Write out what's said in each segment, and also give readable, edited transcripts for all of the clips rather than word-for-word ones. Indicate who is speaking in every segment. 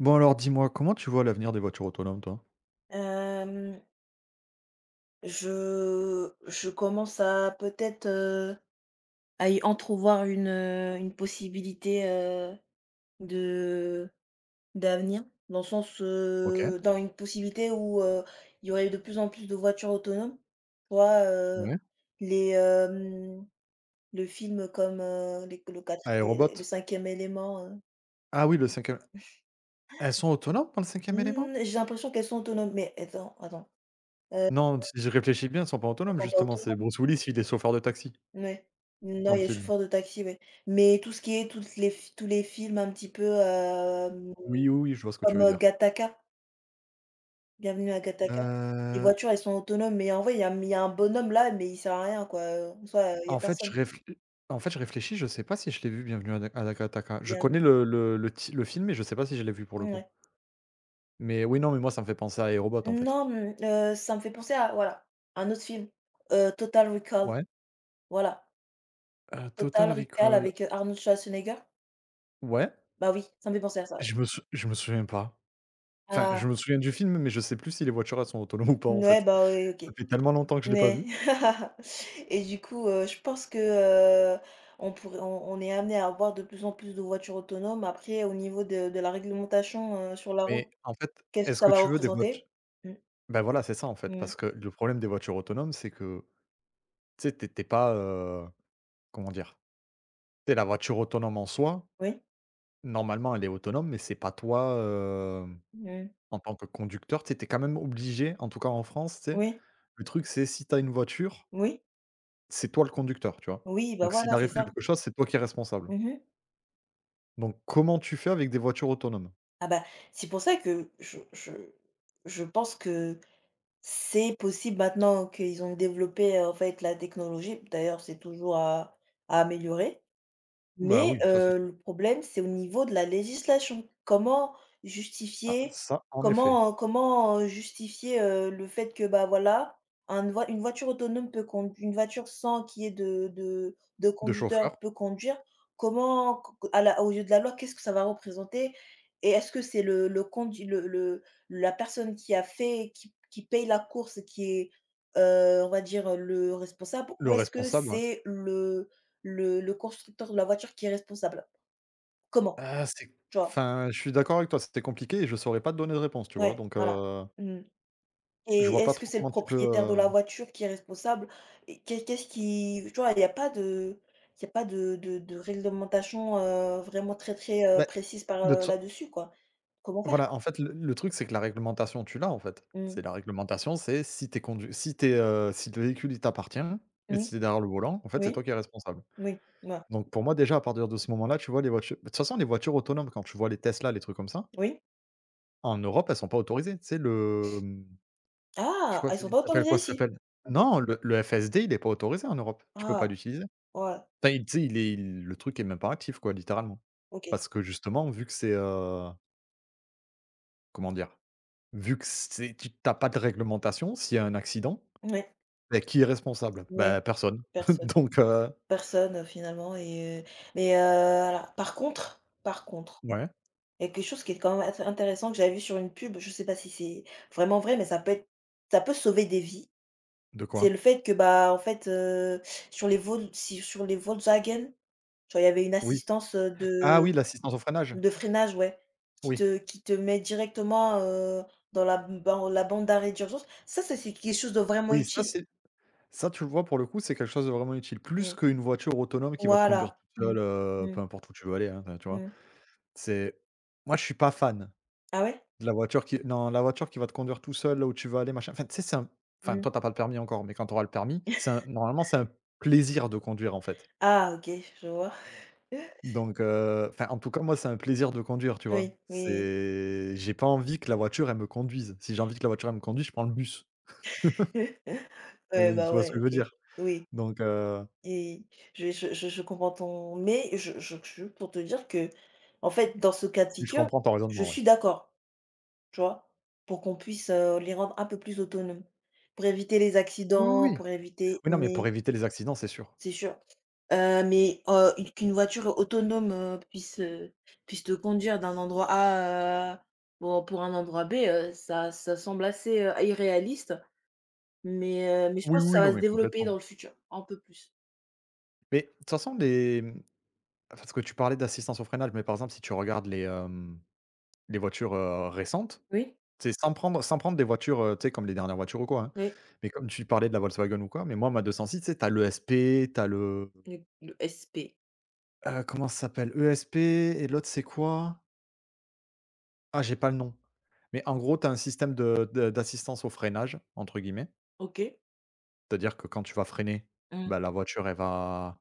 Speaker 1: Bon alors dis-moi, comment tu vois l'avenir des voitures autonomes, toi?
Speaker 2: Hem, je commence à peut-être, à y entrevoir une possibilité, de d'avenir. Dans le sens,
Speaker 1: OK,
Speaker 2: dans une possibilité où, il y aurait de plus en plus de voitures autonomes. Tu vois,
Speaker 1: ouais.
Speaker 2: les, hem, le film comme, les le quatrié le
Speaker 1: iRobot?
Speaker 2: cinquième élément
Speaker 1: Ah oui, le cinquième. Elles sont autonomes dans le cinquième élément?
Speaker 2: mmh, j'ai l'impression qu'elles sont autonomes, mais attends, attends, heu,
Speaker 1: Non, si je réfléchis bien, elles sont pas
Speaker 2: elles
Speaker 1: autonomes
Speaker 2: sont pas
Speaker 1: justement, c'est
Speaker 2: autonomes.
Speaker 1: Bruce Willis, il est chauffeur de taxi
Speaker 2: Ouais.
Speaker 1: dans
Speaker 2: Non,
Speaker 1: le
Speaker 2: il y a
Speaker 1: film.
Speaker 2: chauffeur de taxi, ouais. Mais tout ce qui est toutes les f tous les films un petit peu,
Speaker 1: Oui, oui, oui, je vois ce que tu
Speaker 2: comme,
Speaker 1: veux dire.
Speaker 2: Gattaca, Bienvenue à Gattaca. Les
Speaker 1: Heu,
Speaker 2: voitures, elles sont autonomes, mais en vrai, il y a un bonhomme là, mais il sert à rien, quoi, en soi, il y
Speaker 1: en
Speaker 2: a
Speaker 1: fait, je
Speaker 2: personne.
Speaker 1: réfl En fait, je réfléchis, je sais pas si je l'ai vu Bienvenue à Da à Dakataka.
Speaker 2: Il
Speaker 1: Je
Speaker 2: y a
Speaker 1: connais le film, mais je sais pas si je l'ai vu pour le coup.
Speaker 2: Mouais.
Speaker 1: Mais oui, non, mais moi ça me fait penser à iRobot en fait.
Speaker 2: Non, ça me fait penser à, voilà, un autre film, Total Recall,
Speaker 1: Ouais.
Speaker 2: voilà.
Speaker 1: Total
Speaker 2: Total Recall
Speaker 1: Recall,
Speaker 2: avec, Arnold Schwarzenegger.
Speaker 1: ouais,
Speaker 2: Bah oui, ça me fait penser à ça.
Speaker 1: je me souviens pas. Enfin,
Speaker 2: Ah,
Speaker 1: je me souviens du film, mais je sais plus si les voitures, elles sont autonomes ou pas, en
Speaker 2: ouais,
Speaker 1: fait.
Speaker 2: bah, oui,
Speaker 1: Ça
Speaker 2: OK.
Speaker 1: fait tellement longtemps que je l'ai pas
Speaker 2: Ouais.
Speaker 1: vu.
Speaker 2: Et du coup, je pense que, heu, on pourrait on est amené à avoir de plus en plus de voitures autonomes. Après, au niveau de la réglementation, sur la route,
Speaker 1: Mais en fait,
Speaker 2: qu'est-ce que
Speaker 1: est-ce
Speaker 2: ça
Speaker 1: que
Speaker 2: va
Speaker 1: tu veux des
Speaker 2: représenter?
Speaker 1: voitures
Speaker 2: Mmh,
Speaker 1: ben voilà, c'est ça, en fait,
Speaker 2: mmh,
Speaker 1: parce que le problème des voitures autonomes, c'est que, tu sais, tu étais pas, comment dire? Tu sais, la voiture autonome en soi,
Speaker 2: oui,
Speaker 1: normalement, elle est autonome, mais c'est pas toi, hem,
Speaker 2: mmh,
Speaker 1: en tant que conducteur, tu es quand même obligé, en tout cas en France, tu sais,
Speaker 2: oui,
Speaker 1: le truc, c'est si t'as une voiture,
Speaker 2: oui,
Speaker 1: c'est toi le conducteur, tu vois?
Speaker 2: oui, bah,
Speaker 1: Donc s'il
Speaker 2: voilà, c'est
Speaker 1: arrive
Speaker 2: ça.
Speaker 1: quelque chose, c'est toi qui es responsable.
Speaker 2: Mmh.
Speaker 1: Donc comment tu fais avec des voitures autonomes?
Speaker 2: Ah, bah, c'est pour ça que je pense que c'est possible maintenant qu'ils ont développé, en fait, la technologie. D'ailleurs, c'est toujours à améliorer.
Speaker 1: Bah
Speaker 2: Mais,
Speaker 1: oui, ça c'est
Speaker 2: le problème, c'est au niveau de la législation.
Speaker 1: Ah,
Speaker 2: Justifier
Speaker 1: ça, en effet.
Speaker 2: comment justifier, le fait que, bah, voilà, un voi une voiture autonome peut conduire, une voiture sans qu'il y ait de
Speaker 1: De chauffeur,
Speaker 2: conducteur peut conduire? Comment q q à la Aux yeux de la loi, qu'est-ce que ça va représenter? Et est-ce que c'est le condu le la personne qui a fait qui paye la course qui est, on va dire, le responsable,
Speaker 1: le
Speaker 2: ou est-ce que
Speaker 1: responsable, ouais.
Speaker 2: c'est le constructeur de la voiture qui est responsable. Comment?
Speaker 1: Ah, c'est
Speaker 2: Tu vois?
Speaker 1: enfin, je suis d'accord avec toi, c'était compliqué et je saurais pas te donner de réponse, tu vois?
Speaker 2: Ouais, voilà. Mmh.
Speaker 1: Je
Speaker 2: Et
Speaker 1: vois pas
Speaker 2: est-ce que
Speaker 1: trop
Speaker 2: c'est le
Speaker 1: comment tu peux,
Speaker 2: propriétaire de la voiture qui est responsable? Et qu'est qu'est-ce qui tu vois, il y a pas de réglementation, vraiment très, très,
Speaker 1: bah,
Speaker 2: précise
Speaker 1: de toute fa
Speaker 2: là-dessus, quoi. Comment faire?
Speaker 1: voilà, en fait, le truc, c'est que la réglementation, tu l'as, en fait.
Speaker 2: Mmh.
Speaker 1: C'est la réglementation, c'est si t'es conduit, si es, si le véhicule, il t'appartient et
Speaker 2: Mmh.
Speaker 1: si t'es derrière le volant, en fait, c'est
Speaker 2: Oui,
Speaker 1: toi qui es responsable.
Speaker 2: oui, ouais,
Speaker 1: Donc pour moi, déjà, à partir de ce moment-là, tu vois, les voitures de toute façon, les voitures autonomes, quand tu vois les Tesla, les trucs comme ça,
Speaker 2: oui.
Speaker 1: en Europe, elles sont pas autorisées. C'est le, mmh je
Speaker 2: Ah!
Speaker 1: crois
Speaker 2: Ah,
Speaker 1: que
Speaker 2: ils
Speaker 1: c'est
Speaker 2: sont
Speaker 1: ça
Speaker 2: pas
Speaker 1: s'appelle
Speaker 2: autorisés
Speaker 1: quoi? Ça
Speaker 2: ici?
Speaker 1: s'appelle
Speaker 2: OK.
Speaker 1: non, le FSD, il est pas autorisé en Europe. Tu peux pas
Speaker 2: Ah!
Speaker 1: l'utiliser.
Speaker 2: Ouais,
Speaker 1: Enfin, il tu sais, il est il le truc est même pas actif quoi, littéralement.
Speaker 2: OK.
Speaker 1: Parce que justement, vu que c'est, comment dire? Vu que c'est tu as pas de réglementation, s'il y a un accident,
Speaker 2: Oui,
Speaker 1: beh, qui est responsable?
Speaker 2: oui,
Speaker 1: Ben personne.
Speaker 2: personne.
Speaker 1: Donc
Speaker 2: Personne, finalement, et mais voilà. Par contre.
Speaker 1: ouais.
Speaker 2: Il y a quelque chose qui est quand même intéressant que j'avais vu sur une pub, je sais pas si c'est vraiment vrai, mais ça peut sauver des vies.
Speaker 1: De
Speaker 2: C'est le
Speaker 1: quoi?
Speaker 2: fait que, bah, en fait, sur les Vol si sur les Volkswagen, genre, il y avait une
Speaker 1: Oui.
Speaker 2: assistance,
Speaker 1: Ah oui,
Speaker 2: de
Speaker 1: l'assistance au freinage?
Speaker 2: de freinage, ouais, qui
Speaker 1: Oui.
Speaker 2: te qui te met directement, dans la bande d'arrêt d'urgence. Ça c'est quelque chose de vraiment
Speaker 1: Oui, ça
Speaker 2: utile.
Speaker 1: c'est ça tu le vois, pour le coup, c'est quelque chose de vraiment utile. Plus
Speaker 2: Mmh.
Speaker 1: qu'une voiture autonome qui va te conduire
Speaker 2: Voilà.
Speaker 1: toute
Speaker 2: Mmh.
Speaker 1: seule,
Speaker 2: Mmh.
Speaker 1: peu importe où tu veux aller, hein, enfin, tu vois?
Speaker 2: Mmh.
Speaker 1: C'est moi, je suis pas fan.
Speaker 2: Ah ouais?
Speaker 1: De la voiture qui non, la voiture qui va te conduire tout seul là où tu veux aller, machin. Enfin, tu sais, c'est un enfin,
Speaker 2: Mmh.
Speaker 1: toi, t'as pas le permis encore, mais quand tu auras le permis, c'est un normalement, c'est un plaisir de conduire, en fait.
Speaker 2: Ah, OK, je vois.
Speaker 1: Enfin, en tout cas, moi, c'est un plaisir de conduire, tu vois?
Speaker 2: Oui, oui,
Speaker 1: C'est j'ai pas envie que la voiture, elle me conduise. Si j'ai envie que la voiture, elle me conduise, je prends le bus.
Speaker 2: oui. Ouais,
Speaker 1: Tu
Speaker 2: bah,
Speaker 1: vois ce
Speaker 2: ouais,
Speaker 1: que je veux
Speaker 2: OK.
Speaker 1: dire?
Speaker 2: Oui.
Speaker 1: Donc heu,
Speaker 2: Et je comprends ton mais je pour te dire que en fait, dans ce cas de
Speaker 1: je
Speaker 2: figure,
Speaker 1: comprends ton
Speaker 2: je
Speaker 1: raisonnement, ouais.
Speaker 2: suis d'accord, tu vois? Pour qu'on puisse, les rendre un peu plus autonomes, pour éviter les
Speaker 1: Oui, oui,
Speaker 2: accidents,
Speaker 1: oui.
Speaker 2: pour éviter
Speaker 1: Oui, non, mais pour
Speaker 2: mais
Speaker 1: éviter les accidents, c'est sûr.
Speaker 2: c'est sûr, une qu'une voiture autonome, puisse te conduire d'un endroit A, pour un endroit B, ça semble assez, irréaliste, mais je
Speaker 1: Oui,
Speaker 2: pense
Speaker 1: oui,
Speaker 2: que
Speaker 1: oui,
Speaker 2: ça va
Speaker 1: non,
Speaker 2: se
Speaker 1: mais
Speaker 2: développer dans
Speaker 1: complètement.
Speaker 2: le futur, un peu plus.
Speaker 1: Mais de toute façon, parce que tu parlais d'assistance au freinage, mais par exemple, si tu regardes les voitures, récentes,
Speaker 2: Oui.
Speaker 1: c'est sans prendre des voitures, tu sais, comme les dernières voitures ou quoi, hein.
Speaker 2: Oui.
Speaker 1: Mais comme tu parlais de la Volkswagen ou quoi, mais moi ma 206, tu sais, tu as l'ESP, tu as
Speaker 2: Le SP.
Speaker 1: comment ça s'appelle? ESP et l'autre c'est quoi? Ah, j'ai pas le nom. Mais en gros, t'as un système de d'assistance au «freinage» entre guillemets.
Speaker 2: OK.
Speaker 1: C'est-à-dire que quand tu vas freiner,
Speaker 2: Mmh.
Speaker 1: bah, la voiture elle va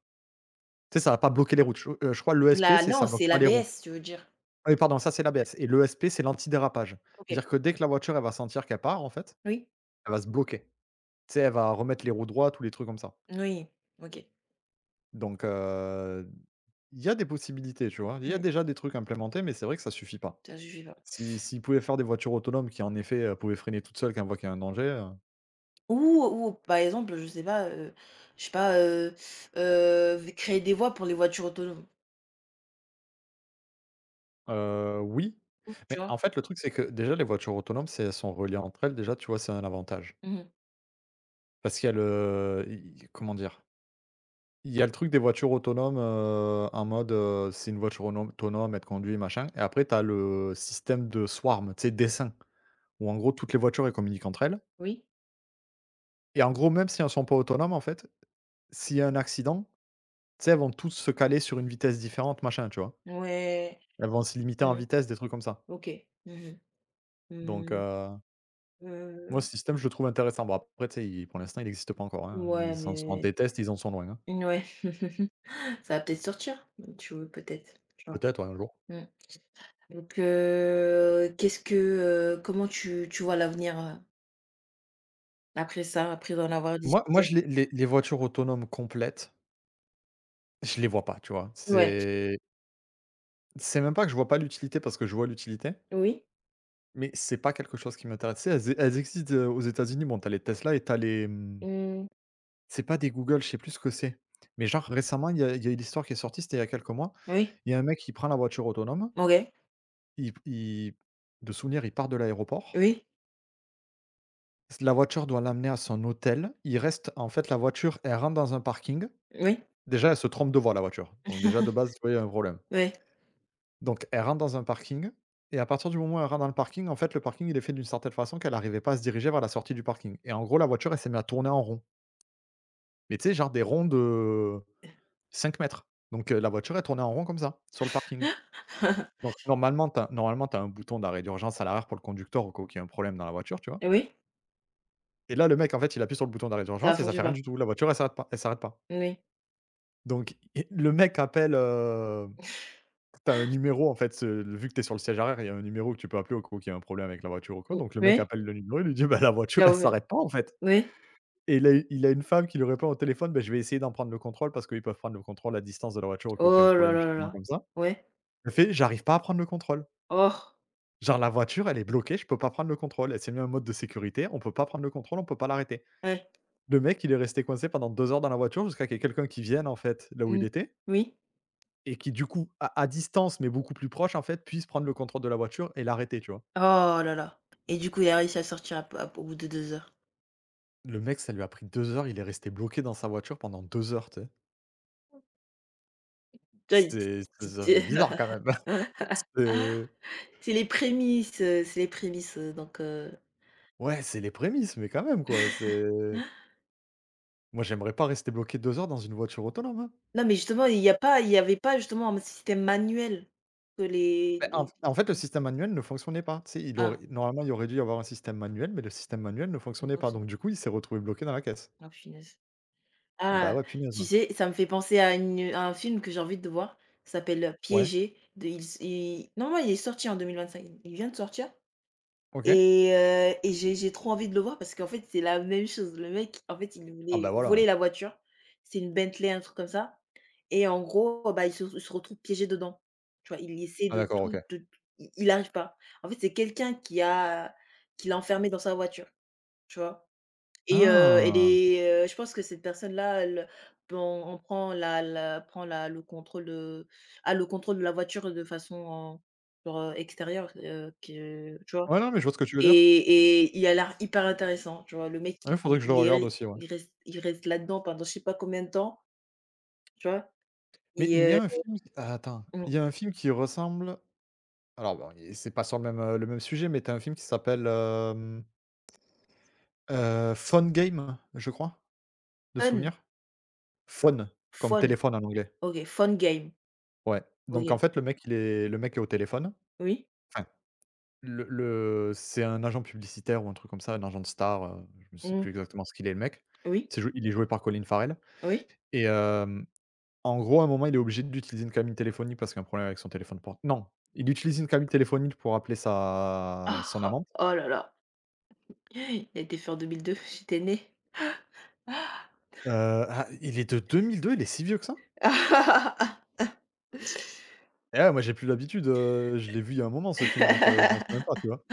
Speaker 1: tu sais, ça va pas bloquer les routes. Je crois l'ESP
Speaker 2: La
Speaker 1: c'est
Speaker 2: Non,
Speaker 1: ça bloque
Speaker 2: c'est la
Speaker 1: pas les roues.
Speaker 2: l'ABS, tu veux dire?
Speaker 1: Ah oui pardon, ça c'est la l'ABS et l'ESP c'est l'antidérapage.
Speaker 2: OK.
Speaker 1: C'est-à-dire que dès que la voiture elle va sentir qu'elle part en fait,
Speaker 2: Oui,
Speaker 1: elle va se bloquer. Tu sais, elle va remettre les roues droites ou les trucs comme ça.
Speaker 2: oui, OK.
Speaker 1: Donc, il y a des possibilités, tu vois? Il y a
Speaker 2: Oui.
Speaker 1: déjà des trucs implémentés, mais c'est vrai que ça suffit pas.
Speaker 2: Putain, je suivais pas.
Speaker 1: Si S'ils pouvaient faire des voitures autonomes qui, en effet, pouvaient freiner toutes seules quand elles voient qu'il y a un danger,
Speaker 2: Ou ou par exemple, je sais pas, v créer des voies pour les voitures autonomes,
Speaker 1: oui.
Speaker 2: Mmh, tu
Speaker 1: Mais
Speaker 2: vois?
Speaker 1: en fait, le truc, c'est que déjà les voitures autonomes, si elles sont reliées entre elles, déjà, tu vois, c'est un avantage.
Speaker 2: Mmh.
Speaker 1: Parce qu'il y a le i comment dire? Il y a le truc des voitures autonomes, en mode, c'est une voiture aunom autonome, elle te conduit, machin et après tu as le système de swarm, tu sais, d'essaim, où en gros toutes les voitures, elles communiquent entre elles.
Speaker 2: Oui?
Speaker 1: Et en gros, même si elles sont pas autonomes, en fait, s'il y a un accident, tu sais, elles vont toutes se caler sur une vitesse différente, machin, tu vois?
Speaker 2: Ouais.
Speaker 1: Elles vont se limiter en
Speaker 2: Mmh.
Speaker 1: vitesse, des trucs comme ça.
Speaker 2: OK. Mmh mh.
Speaker 1: Donc
Speaker 2: Mmh.
Speaker 1: heu, moi, ce système, je le trouve intéressant. Bon, après, tu sais, il pour l'instant, il n'existe pas encore, hein.
Speaker 2: Ouais,
Speaker 1: Ils en sont en
Speaker 2: mais
Speaker 1: des tests, ils en sont loin, hein.
Speaker 2: ouais. Ça va peut-être sortir, tu veux peut-être, tu vois?
Speaker 1: Peut-être, ouais, un jour.
Speaker 2: Mmh. Donc, comment tu vois l'avenir, après ça, après en avoir
Speaker 1: Moi,
Speaker 2: discuté?
Speaker 1: je les voitures autonomes complètes, je les vois pas, tu vois?
Speaker 2: Ouais,
Speaker 1: C'est même pas que je vois pas l'utilité, parce que je vois l'utilité,
Speaker 2: oui,
Speaker 1: mais c'est pas quelque chose qui m'intéresse. Tu sais, elles existent, aux États-Unis. Bon, tu as les Tesla et tu as les, mmh.
Speaker 2: mmh,
Speaker 1: C'est pas des Google, je sais plus ce que c'est. Mais genre récemment, il y a eu l'histoire qui est sortie, c'était il y a quelques mois.
Speaker 2: oui,
Speaker 1: Il y a un mec qui prend la voiture autonome,
Speaker 2: OK,
Speaker 1: il de souvenir, il part de l'aéroport.
Speaker 2: oui,
Speaker 1: La voiture doit l'amener à son hôtel. Il reste en fait, la voiture, elle rentre dans un parking.
Speaker 2: oui,
Speaker 1: Déjà, elle se trompe de voie, la voiture. Donc déjà, de base, tu vois, il y a un problème.
Speaker 2: oui,
Speaker 1: Donc elle rentre dans un parking et à partir du moment où elle rentre dans le parking, en fait, le parking, il est fait d'une certaine façon qu'elle arrivait pas à se diriger vers la sortie du parking et en gros, la voiture, elle s'est mise à tourner en rond. Mais tu sais, genre des ronds de 5 mètres. Donc la voiture, elle tournait en rond comme ça, sur le parking. Donc normalement, tu as un bouton d'arrêt d'urgence à l'arrière pour le conducteur au cas où il y a un problème dans la voiture, tu vois?
Speaker 2: oui,
Speaker 1: Et là, le mec, en fait, il appuie sur le bouton d'arrêt
Speaker 2: ça a
Speaker 1: d'urgence et ça fait
Speaker 2: fonctionné
Speaker 1: rien
Speaker 2: pas.
Speaker 1: du tout. La voiture, elle s'arrête pas.
Speaker 2: Oui,
Speaker 1: Donc et le mec appelle, tu as un numéro, en fait, vu que tu es sur le siège arrière, il y a un numéro que tu peux appeler au cas où il y a un problème avec la voiture ou quoi.
Speaker 2: o
Speaker 1: Donc le mec
Speaker 2: oui,
Speaker 1: appelle le numéro, il lui dit: «Bah, la voiture, elle
Speaker 2: j'avoue,
Speaker 1: s'arrête pas, en fait».
Speaker 2: oui.
Speaker 1: Et il a une femme qui lui répond au téléphone: «Beh, je vais essayer d'en prendre le contrôle parce qu'ils peuvent prendre le contrôle à distance de la voiture au cas où il y a un
Speaker 2: Oh là
Speaker 1: problème»,
Speaker 2: là là
Speaker 1: justement,
Speaker 2: là,
Speaker 1: comme ça.
Speaker 2: ouais,
Speaker 1: Elle fait: «J'arrive pas à prendre le contrôle».
Speaker 2: oh,
Speaker 1: Genre la voiture, elle est bloquée, je peux pas prendre le contrôle. Elle s'est mis en mode de sécurité, on peut pas prendre le contrôle, on peut pas l'arrêter.
Speaker 2: ouais,
Speaker 1: Le mec, il est resté coincé pendant 2 heures dans la voiture jusqu'à qu'il y ait quelqu'un qui vienne, en fait, là où
Speaker 2: mmh,
Speaker 1: il était
Speaker 2: oui,
Speaker 1: et qui du coup, à distance, mais beaucoup plus proche, en fait, puisse prendre le contrôle de la voiture et l'arrêter, tu vois?
Speaker 2: oh là là, et du coup, il a réussi à sortir ap ap au bout de 2 heures.
Speaker 1: Le mec, ça lui a pris 2 heures, il est resté bloqué dans sa voiture pendant 2 heures, tu sais?
Speaker 2: Toi, il
Speaker 1: C'est ça fait bizarre quand même. C'est
Speaker 2: C'est les prémices,
Speaker 1: ouais, c'est les prémices, mais quand même, quoi, c'est moi, j'aimerais pas rester bloqué 2 heures dans une voiture autonome, hein.
Speaker 2: Non, mais justement, il y avait pas justement un système manuel que
Speaker 1: Beh, en
Speaker 2: les
Speaker 1: fait, le système manuel ne fonctionnait pas. Tu sais, il aurait
Speaker 2: ah,
Speaker 1: normalement, il aurait dû y avoir un système manuel, mais le système manuel ne
Speaker 2: Mais
Speaker 1: fonctionnait
Speaker 2: quand
Speaker 1: pas. Donc du coup, il s'est retrouvé bloqué dans la caisse.
Speaker 2: ah punaise.
Speaker 1: Ah bah,
Speaker 2: Ah,
Speaker 1: ouais, punaise,
Speaker 2: tu
Speaker 1: ouais.
Speaker 2: sais, ça me fait penser à une à un film que j'ai envie de voir. Ça s'appelle
Speaker 1: Ouais,
Speaker 2: «Piégé», de il s i normalement, il est sorti en 2025. Il vient de sortir.
Speaker 1: OK.
Speaker 2: Et j'ai trop envie de le voir parce qu'en fait, c'est la même chose. Le mec, en fait, il
Speaker 1: Ah bah,
Speaker 2: voulait voler
Speaker 1: voilà.
Speaker 2: la voiture. C'est une Bentley, un truc comme ça, et en gros, bah, il se retrouve piégé dedans. Tu vois? Il essaie
Speaker 1: Ah
Speaker 2: de
Speaker 1: d'accord,
Speaker 2: tout,
Speaker 1: OK.
Speaker 2: de tout i il arrive pas. En fait, c'est quelqu'un qui l'a enfermé dans sa voiture, tu vois? Et heu et
Speaker 1: Ah!
Speaker 2: les, heu, je pense que cette personne-là, elle on en prend la la prend la le contrôle de a le contrôle de la voiture de façon, genre, extérieure, que tu vois?
Speaker 1: Ouais, non, mais je vois ce que tu veux dire.
Speaker 2: Et il a l'air hyper intéressant, tu vois? Le mec,
Speaker 1: Ouais, faudrait que je le
Speaker 2: il est
Speaker 1: regarde
Speaker 2: re
Speaker 1: aussi, ouais.
Speaker 2: il reste là-dedans pendant je sais pas combien de temps, tu vois?
Speaker 1: Mais
Speaker 2: Et
Speaker 1: mais il y a un
Speaker 2: heu,
Speaker 1: film. Attends,
Speaker 2: mmh,
Speaker 1: il y a un film qui ressemble, alors bon, et c'est pas sur le même sujet, mais tu un film qui s'appelle, Phone Game, je crois, de
Speaker 2: fun,
Speaker 1: souvenir. Phone, comme
Speaker 2: fun,
Speaker 1: téléphone en anglais.
Speaker 2: OK, fun game,
Speaker 1: Ouais. Donc en
Speaker 2: OK.
Speaker 1: fait, le mec est au téléphone.
Speaker 2: Oui,
Speaker 1: Enfin, le c'est un agent publicitaire ou un truc comme ça, un agent de star, je ne sais
Speaker 2: mmh,
Speaker 1: plus exactement ce qu'il est le mec.
Speaker 2: oui,
Speaker 1: C'est jou il est joué par Colin Farrell
Speaker 2: oui.
Speaker 1: et en gros, à un moment, il est obligé d'utiliser une cabine téléphonique parce qu'il y a un problème avec son téléphone portable. Non, il utilise une cabine téléphonique pour appeler sa son
Speaker 2: Ah!
Speaker 1: amante.
Speaker 2: Oh là là, il a été fait en 2002, j'étais née.
Speaker 1: Heu, ah, il est de 2002. Il est si vieux que ça? Eh ouais, moi, j'ai plus l'habitude, je l'ai vu il y a un moment ce film donc je m'en souviens même pas, tu vois?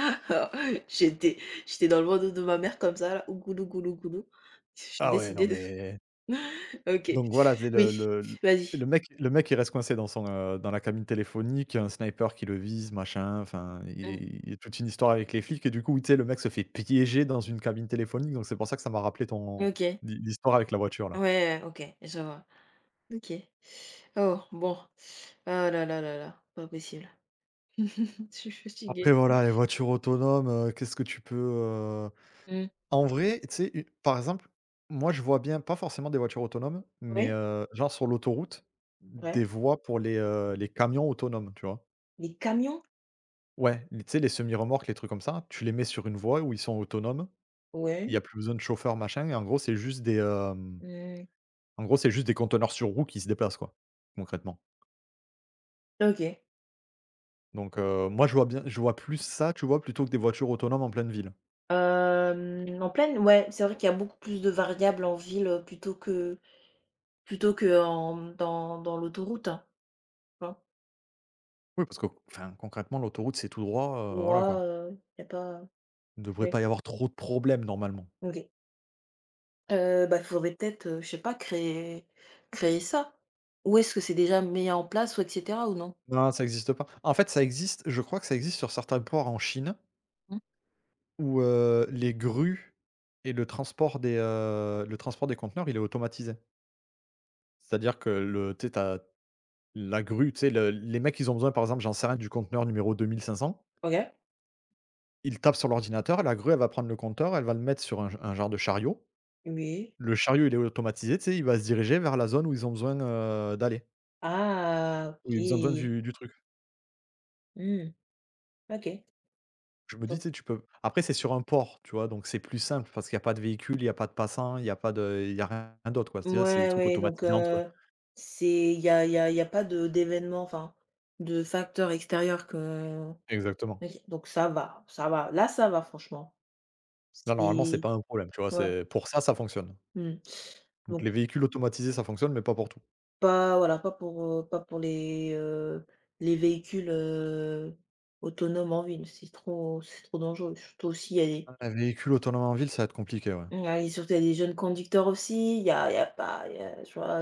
Speaker 2: J'étais j'étais dans le ventre de ma mère comme ça là, ougoulou goulou goulou. J'ai
Speaker 1: Ah ouais, non
Speaker 2: décidé de.
Speaker 1: mais
Speaker 2: OK,
Speaker 1: donc voilà, c'est
Speaker 2: oui, vas-y.
Speaker 1: le mec il reste coincé dans son, dans la cabine téléphonique, un sniper qui le vise, machin, enfin,
Speaker 2: Mmh,
Speaker 1: il y a toute une histoire avec les flics et du coup, oui, tu sais, le mec se fait piéger dans une cabine téléphonique, donc c'est pour ça que ça m'a rappelé ton
Speaker 2: OK.
Speaker 1: l'histoire avec la voiture, là.
Speaker 2: Ouais, OK, je vois. OK. Oh, bon. Ah là là là là, pas possible. Je suis
Speaker 1: Après
Speaker 2: fatiguée.
Speaker 1: voilà, les voitures autonomes, qu'est-ce que tu peux,
Speaker 2: Mmh.
Speaker 1: en vrai, tu sais, u par exemple, moi je vois bien, pas forcément des voitures autonomes, mais
Speaker 2: Ouais,
Speaker 1: genre sur l'autoroute,
Speaker 2: ouais.
Speaker 1: des voies pour les camions autonomes, tu vois?
Speaker 2: Les camions?
Speaker 1: Ouais, les tu sais, les semi-remorques, les trucs comme ça, tu les mets sur une voie où ils sont autonomes, il
Speaker 2: Ouais.
Speaker 1: y a, oui, plus besoin de chauffeur, machin et en gros, c'est juste des.
Speaker 2: Mmh.
Speaker 1: En gros, c'est juste des conteneurs sur roues qui se déplacent, quoi, concrètement.
Speaker 2: OK.
Speaker 1: Donc, ouais, moi, je vois plus ça, tu vois, plutôt que des voitures autonomes en pleine ville.
Speaker 2: Hem, en pleine Ouais, c'est vrai qu'il y a beaucoup plus de variables en ville, plutôt que en dans dans l'autoroute, hein.
Speaker 1: Oui, parce que enfin, concrètement, l'autoroute, c'est tout droit, voilà,
Speaker 2: Droit,
Speaker 1: quoi.
Speaker 2: il y a pas
Speaker 1: Il ne devrait
Speaker 2: Ouais,
Speaker 1: pas y avoir trop de problèmes, normalement.
Speaker 2: OK. Bah, faudrait peut-être, je sais pas, créer ça. Ou est-ce que c'est déjà mis en place ou et cetera ou non?
Speaker 1: Non, ça n'existe pas. En fait, ça existe, je crois que ça existe sur certains ports en Chine
Speaker 2: Mmh.
Speaker 1: où les grues et le transport le transport des conteneurs, il est automatisé. C'est-à-dire que le tu sais, tu la grue, tu sais, le les mecs, ils ont besoin, par exemple, j'en sais rien, du conteneur numéro 2500.
Speaker 2: OK.
Speaker 1: Ils tapent sur l'ordinateur, la grue, elle va prendre le compteur, elle va le mettre sur un genre de chariot.
Speaker 2: Oui.
Speaker 1: Le chariot, il est automatisé, tu sais, il va se diriger vers la zone où ils ont besoin, d'aller,
Speaker 2: Ah,
Speaker 1: où
Speaker 2: OK.
Speaker 1: ils ont besoin du truc.
Speaker 2: Mmh. OK.
Speaker 1: Je me dis, tu
Speaker 2: Donc,
Speaker 1: sais, tu peux, après, c'est sur un port, tu vois? Donc c'est plus simple parce qu'il y a pas de véhicules, il y a pas de passants, il y a rien d'autre, quoi. C'est-à-dire, c'est des
Speaker 2: mouais,
Speaker 1: trucs
Speaker 2: ouais, donc,
Speaker 1: automatisés entre eux.
Speaker 2: c'est il y a pas de d'événement, enfin, de facteurs extérieurs. Que
Speaker 1: Exactement.
Speaker 2: OK, donc ça va, ça va. Là, ça va franchement.
Speaker 1: Là, normalement, c'est
Speaker 2: C'est
Speaker 1: pas un problème, tu vois?
Speaker 2: Ouais,
Speaker 1: C'est pour ça, ça fonctionne.
Speaker 2: mmh.
Speaker 1: Donc
Speaker 2: Donc
Speaker 1: les véhicules automatisés, ça fonctionne, mais pas pour tout.
Speaker 2: pas Voilà, pas pour, pas pour les véhicules, autonomes en ville, c'est trop dangereux. Surtout aussi il y a des
Speaker 1: Un véhicule autonome en ville, ça va être compliqué, ouais.
Speaker 2: Ouais, et surtout il y a des jeunes conducteurs aussi, il y a pas y a tu vois,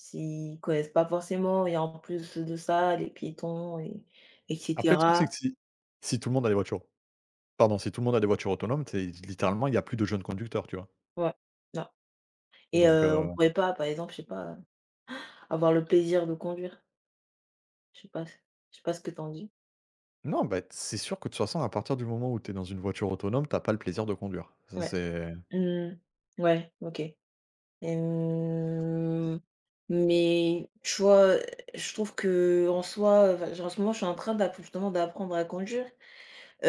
Speaker 2: s'ils connaissent pas forcément, et en plus de ça, les piétons, et
Speaker 1: Après,
Speaker 2: etc
Speaker 1: le truc, c'est que si tout le monde a des voitures, pardon, si tout le monde a des voitures autonomes, tu littéralement, il y a plus de jeunes conducteurs, tu vois?
Speaker 2: Ouais, non, et
Speaker 1: Donc
Speaker 2: on
Speaker 1: heu,
Speaker 2: pourrait pas, par exemple, je sais pas, avoir le plaisir de conduire. Je sais pas ce que tu en dis.
Speaker 1: non, bah, c'est sûr que de toute façon, à partir du moment où tu es dans une voiture autonome, t'as pas le plaisir de conduire. Ça,
Speaker 2: Ouais.
Speaker 1: c'est
Speaker 2: Mmh. Ouais, OK. Hem, mais tu vois, je trouve que en soi, enfin, en ce moment, je suis en train d'app justement d'apprendre à conduire.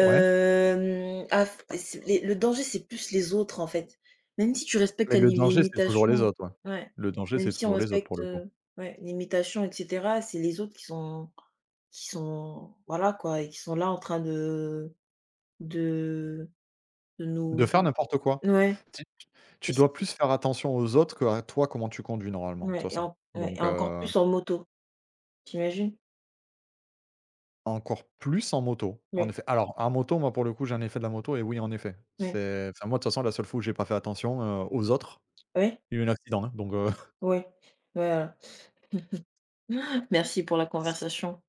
Speaker 1: ouais,
Speaker 2: ah f C'est les le danger, c'est plus les autres, en fait. Même si tu respectes
Speaker 1: mais
Speaker 2: la
Speaker 1: le
Speaker 2: li les
Speaker 1: danger, c'est toujours les
Speaker 2: limitations,
Speaker 1: autres, ouais.
Speaker 2: ouais,
Speaker 1: Le danger,
Speaker 2: même
Speaker 1: c'est
Speaker 2: si on
Speaker 1: toujours les autres, pour
Speaker 2: respecte,
Speaker 1: le coup.
Speaker 2: ouais, limitations, et cetera, c'est les autres qui sont, voilà, quoi, et qui sont là en train de de nous
Speaker 1: De
Speaker 2: de
Speaker 1: faire n'importe quoi.
Speaker 2: ouais,
Speaker 1: Tu
Speaker 2: et
Speaker 1: tu
Speaker 2: c
Speaker 1: dois
Speaker 2: c
Speaker 1: plus faire attention aux autres que à toi, comment tu conduis normalement, de toute
Speaker 2: ouais, et
Speaker 1: façon.
Speaker 2: en ouais, et
Speaker 1: Donc
Speaker 2: encore
Speaker 1: heu
Speaker 2: plus en moto, tu imagines?
Speaker 1: Encore plus en moto, en
Speaker 2: Ouais,
Speaker 1: effet. Alors, en moto, moi, pour le coup, j'ai un effet de la moto et oui, en effet,
Speaker 2: ouais,
Speaker 1: c'est enfin, moi, de toute façon, la seule fois où j'ai pas fait attention, aux autres,
Speaker 2: ouais,
Speaker 1: il y a eu un accident, hein, donc
Speaker 2: ouais, voilà. Merci pour la conversation.